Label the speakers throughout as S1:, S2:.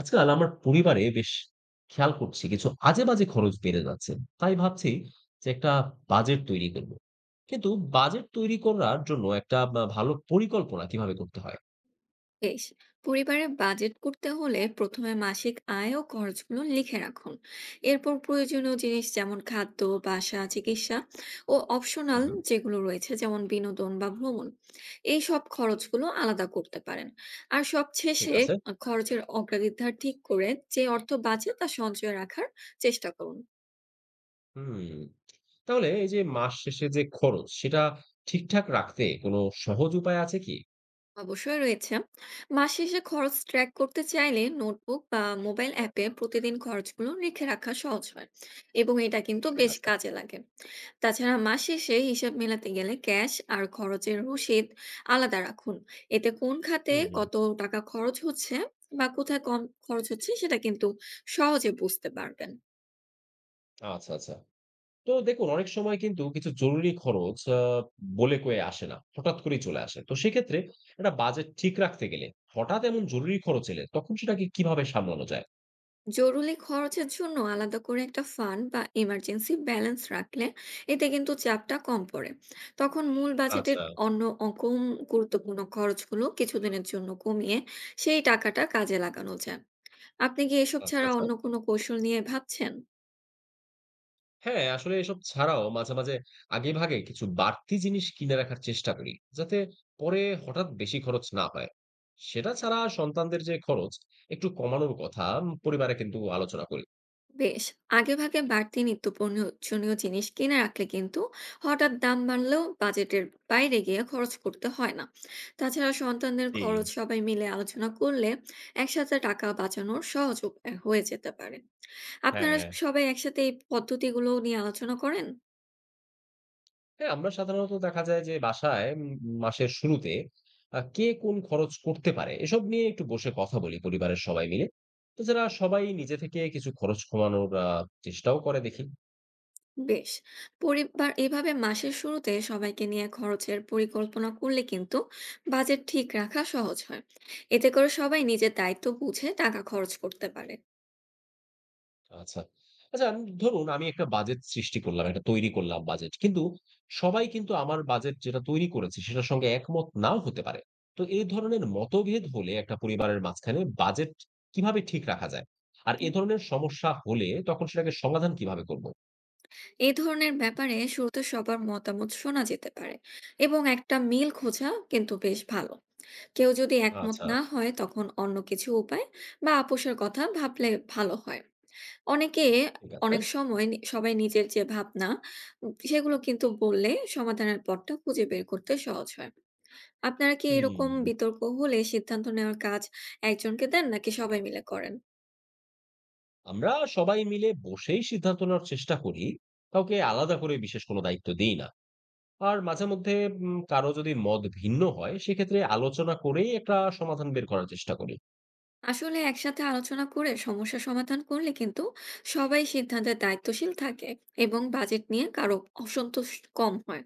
S1: আজকাল আমার পরিবারে বেশ খেয়াল করছি কিছু আজেবাজে খরচ বেড়ে যাচ্ছে। তাই ভাবছি যে একটা বাজেট তৈরি করব। কিন্তু বাজেট তৈরি করার জন্য একটা বা ভালো পরিকল্পনা কিভাবে করতে হয়?
S2: বেশ। পরিবারে বাজেট করতে হলে প্রথমে মাসিক আয় ও খরচগুলো লিখে রাখুন। এরপর প্রয়োজনীয় জিনিস যেমন খাদ্য, বাসা, চিকিৎসা ও
S1: হু,
S2: অপশনাল
S1: হু।
S2: যেগুলো রয়েছে যেমন বিনোদন বা ভ্রমণ, এই সব খরচগুলো আলাদা করতে পারেন। আর সব
S1: ঠিক
S2: শেষে
S1: আছে।
S2: খরচের অগ্রাধিকার ঠিক করে যে অর্থ বাঁচে তা সঞ্চয় রাখার চেষ্টা করুন।
S1: হুম। তাহলে এই যে মাস শেষে যে খরচ সেটা ঠিকঠাক রাখতে কোনো সহজ উপায় আছে কি?
S2: অবশ্যই রয়েছে। মাস শেষে খরচ ট্র্যাক করতে চাইলে নোটবুক বা মোবাইল অ্যাপে প্রতিদিন খরচগুলো রেখে রাখা সহজ হয়, এবং এটা কিন্তু
S1: ঠিক
S2: বেশ
S1: আছে।
S2: কাজে লাগে। তাছাড়া মাস শেষে হিসাব মেলাতে গেলে ক্যাশ আর খরচের রসিদ আলাদা রাখুন। এতে কোন খাতে
S1: হুম, হুম।
S2: কত টাকা খরচ হচ্ছে বা কোথায় কম খরচ হচ্ছে সেটা কিন্তু সহজে বুঝতে পারবেন।
S1: আচ্ছা, আচ্ছা। তো দেখুন অনেক সময় কিন্তু কিছু জরুরি খরচ বলে কয়ে আসে না। হঠাৎ করেই চলে আসে। তো সেক্ষেত্রে একটা বাজেট ঠিক রাখতে গেলে হঠাৎ এমন জরুরি খরচ এলে তখন সেটাকে কিভাবে সামলানো যায়?
S2: জরুরি খরচের জন্য আলাদা করে একটা ফান্ড বা ইমার্জেন্সি ব্যালেন্স রাখলে এতে কিন্তু চাপটা কম পড়ে। তখন মূল বাজেটের
S1: আচ্ছা,
S2: অন্য অকম গুরুত্বপূর্ণ খরচগুলো কিছুদিনের জন্য কমিয়ে সেই টাকাটা কাজে লাগানো যায়। আপনি কি এসব
S1: আচ্ছা,
S2: ছাড়া
S1: আচ্ছা।
S2: অন্য কোনো কৌশল নিয়ে ভাবছেন?
S1: হ্যাঁ, আসলে এসব ছাড়াও মাঝে, মাঝে আগেভাগে কিছু বাড়তি জিনিস কিনে রাখার চেষ্টা করি। যাতে পরে হঠাৎ বেশি খরচ না হয়। সেটা ছাড়া সন্তানদের যে খরচ একটু কমানোর কথা পরিবারে কিন্তু আলোচনা করি।
S2: বেশ। আগেভাগে বাড়তি নিত্য প্রয়োজনীয় জিনিস কিনে রাখলে কিন্তু হঠাৎ দাম বাড়লেও বাজেটের বাইরে গিয়ে খরচ করতে হয় না। তাছাড়া সন্তানদের
S1: জি,
S2: খরচ সবাই মিলে আলোচনা করলে একসাথে টাকা বাঁচানোর সহজ উপায় হয়ে যেতে পারে। আপনারা
S1: হ্যাঁ।
S2: সবাই একসাথে এই পদ্ধতিগুলো নিয়ে আলোচনা করেন?
S1: হ্যাঁ, আমরা সাধারণত দেখা যায় যে বাসায় মাসের শুরুতে কে কোন খরচ করতে পারে এসব নিয়ে একটু বসে কথা বলি পরিবারের সবাই মিলে। তো যারা সবাই নিজে থেকে কিছু খরচ কমানোর চেষ্টাও করে দেখি।
S2: বেশ। পরিবার এভাবে মাসের শুরুতে সবাইকে নিয়ে খরচের পরিকল্পনা করলে কিন্তু বাজেট ঠিক রাখা সহজ হয়। এতে করে সবাই নিজের দায়িত্ব বুঝে টাকা খরচ করতে পারে।
S1: আচ্ছা। আচ্ছা ধরুন আমি একটা বাজেট সৃষ্টি করলাম, একটা তৈরি করলাম বাজেট। কিন্তু সবাই কিন্তু আমার বাজেট যেটা তৈরি করেছি সেটার সঙ্গে একমত নাও হতে পারে। তো এই ধরনের মতভেদ হলে একটা পরিবারের মাঝখানে বাজেট কিভাবে ঠিক রাখা যায়? আর এ ধরনের সমস্যা হলে তখন সেটাকে সমাধান কিভাবে করব?
S2: এই ধরনের ব্যাপারে শুরুতে সবার মতামত শোনা যেতে পারে, এবং একটা মিল খোঁজা কিন্তু বেশ ভালো। কেউ যদি একমত
S1: আচ্ছা।
S2: না হয় তখন অন্য কিছু উপায় বা আপোষের কথা ভাবলে ভালো হয়। অনেকে
S1: ঠিক আছে।
S2: অনেক সময় সবাই নিজের যে ভাবনা সেগুলো কিন্তু বললে সমাধানের পথটা খুঁজে বের করতে সহজ হয়। আপনারা কি
S1: হুম।
S2: এরকম বিতর্ক হলে সিদ্ধান্ত নেওয়ার কাজ একজনকে দেন নাকি সবাই মিলে করেন?
S1: আমরা সবাই মিলে বসেই সিদ্ধান্ত নেওয়ার চেষ্টা করি। কাউকে আলাদা করে বিশেষ কোনো দায়িত্ব দেই না। আর মাঝে মধ্যে কারো যদি মত ভিন্ন হয় সেক্ষেত্রে আলোচনা করেই একটা সমাধান বের করার চেষ্টা করি।
S2: আসলে একসাথে আলোচনা করে সমস্যা সমাধান করলে কিন্তু সবাই সিদ্ধান্তে দায়িত্বশীল থাকে, এবং বাজেট নিয়ে কারো অসন্তোষ কম হয়।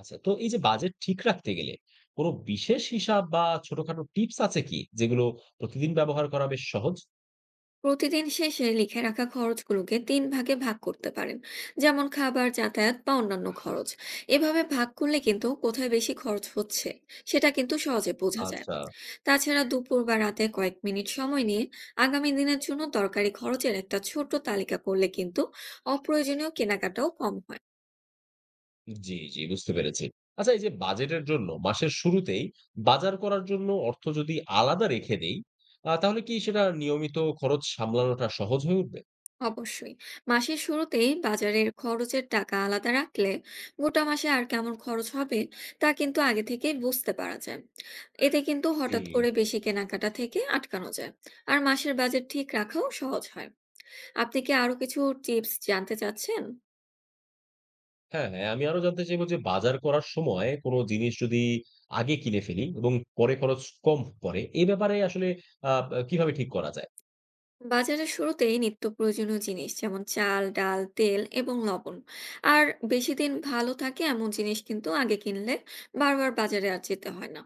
S1: আচ্ছা তো এই যে বাজেট ঠিক রাখতে গেলে কোনো বিশেষ হিসাব বা ছোটখাটো টিপস আছে কি যেগুলো প্রতিদিন ব্যবহার করা বেশ সহজ?
S2: প্রতিদিন শেষে লিখে রাখা খরচগুলোকে তিন ভাগে ভাগ করতে পারেন, যেমন খাবার, যাতায়াত বা অন্যান্য খরচ। এভাবে ভাগ করলে কিন্তু কোথায় বেশি খরচ হচ্ছে সেটা কিন্তু সহজে বোঝা যায়।
S1: আচ্ছা।
S2: তাছাড়া দুপুর বা রাতে কয়েক মিনিট সময় নিয়ে আগামী দিনের জন্য দরকারি খরচের একটা ছোট তালিকা করলে কিন্তু অপ্রয়োজনীয় কেনাকাটাও কম হয়।
S1: জি, জি বুঝতে পেরেছি। আচ্ছা এই যে বাজেটের জন্য মাসের শুরুতেই বাজার করার জন্য অর্থ যদি আলাদা রেখে দেই, তাহলে কি সেটা নিয়মিত খরচ সামলানোটা সহজ হয়ে উঠবে?
S2: অবশ্যই। মাসের শুরুতেই বাজারের খরচের টাকা আলাদা রাখলে গোটা মাসে আর কেমন খরচ হবে তা কিন্তু আগে থেকেই বুঝতে পারা যায়। এতে কিন্তু
S1: জি।
S2: হঠাৎ করে বেশি কেনাকাটা থেকে আটকানো যায়, আর মাসের বাজেট ঠিক রাখাও সহজ হয়। আপনি কি আরো কিছু টিপস জানতে চাচ্ছেন?
S1: হ্যাঁ, হ্যাঁ আমি আরো জানতে চাইবো যে বাজার করার সময় কোন জিনিস যদি আগে কিনে ফেলি এবং পরে খরচ কম পড়ে, এ ব্যাপারে আসলে আ কিভাবে ঠিক করা যায়?
S2: বাজারের শুরুতেই নিত্য প্রয়োজনীয় জিনিস যেমন চাল, ডাল, তেল এবং লবণ, আর বেশি দিন ভালো থাকে এমন জিনিস কিন্তু আগে কিনলে বারবার বাজারে আর যেতে হয় না।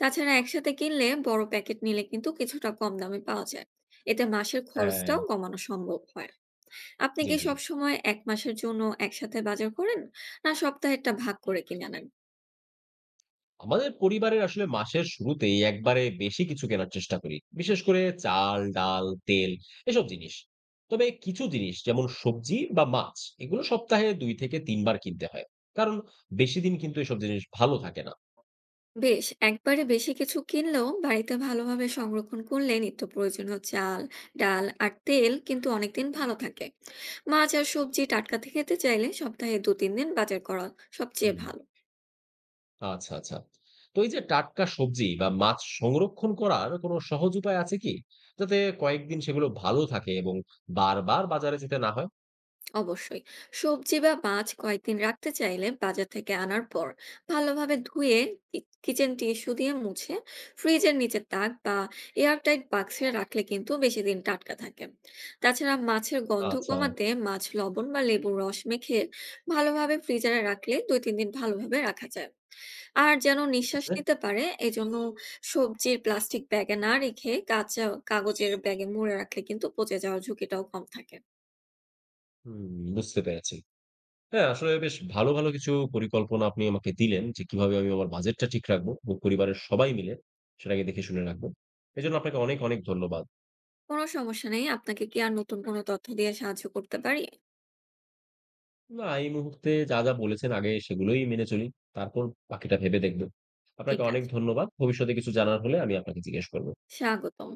S2: তাছাড়া একসাথে কিনলে, বড় প্যাকেট নিলে কিন্তু কিছুটা কম দামে পাওয়া যায়। এতে মাসের
S1: হ্যাঁ।
S2: খরচটাও কমানো সম্ভব হয়। আপনি
S1: জি,
S2: কি
S1: জি।
S2: সবসময় এক মাসের জন্য একসাথে বাজার করেন, না সপ্তাহেরটা ভাগ করে কিনে আনেন?
S1: আমাদের পরিবারের আসলে মাসের শুরুতেই একবারে বেশি কিছু কেনার চেষ্টা করি বিশেষ করে চাল ডাল তেল এসব জিনিস তবে কিছু জিনিস যেমন সবজি বা মাছ এগুলো সপ্তাহে দুই থেকে তিনবার কিনতে হয় কারণ বেশি দিন কিন্তু এসব জিনিস ভালো থাকে না।
S2: বেশ। একবারে বেশি কিছু কিনলেও বাড়িতে ভালোভাবে সংরক্ষণ করলে নিত্য প্রয়োজনীয় চাল, ডাল আর তেল কিন্তু অনেকদিন ভালো থাকে। মাছ আর সবজি টাটকা খেতে চাইলে সপ্তাহে দু তিন দিন বাজার করা সবচেয়ে
S1: হুম হুম।
S2: ভালো।
S1: আচ্ছা আচ্ছা তো এই যে টাটকা সবজি বা মাছ সংরক্ষণ করার কোনো সহজ উপায় আছে কি যাতে কয়েকদিন সেগুলো ভালো থাকে এবং বারবার বাজারে যেতে না হয়?
S2: অবশ্যই। সবজি বা মাছ কয়েকদিন রাখতে চাইলে বাজার থেকে আনার পর ভালোভাবে ধুয়ে কিচেন টিস্যু দিয়ে মুছে ফ্রিজের নিচে তাক বা এয়ারটাইট বাক্সে রাখলে কিন্তু বেশি দিন টাটকা থাকে। তাছাড়া মাছের গন্ধ
S1: আচ্ছা।
S2: কমাতে মাছ লবণ বা লেবুর রস মেখে ভালোভাবে ফ্রিজারে রাখলে দুই তিন দিন ভালোভাবে রাখা যায়। আর যেন
S1: ঠিক
S2: নিঃশ্বাস
S1: আছে।
S2: নিতে পারে, এজন্য সবজির প্লাস্টিক ব্যাগে না রেখে কাঁচা কাগজের ব্যাগে মুড়ে রাখলে কিন্তু পচে যাওয়ার ঝুঁকিটাও কম থাকে।
S1: হুম। বুঝতে পেরেছি। হ্যাঁ, আসলে বেশ ভালো, ভালো কিছু পরিকল্পনা আপনি আমাকে দিলেন যে কিভাবে আমি আমার বাজেটটা ঠিক রাখবো এবং পরিবারের সবাই মিলে সেটাকে দেখে শুনে রাখবো। এজন্য আপনাকে অনেক, অনেক ধন্যবাদ।
S2: কোনো সমস্যা নেই। আপনাকে কি আর নতুন কোনো তথ্য দিয়ে সাহায্য করতে পারি?
S1: না, এই মুহূর্তে যা, যা বলেছেন আগে সেগুলোই মেনে চলি। তারপর বাকিটা ভেবে দেখব।
S2: ঠিক
S1: আপনাকে অনেক
S2: আছে,
S1: ধন্যবাদ। ভবিষ্যতে কিছু জানার হলে আমি আপনাকে জিজ্ঞেস করব।
S2: স্বাগতম।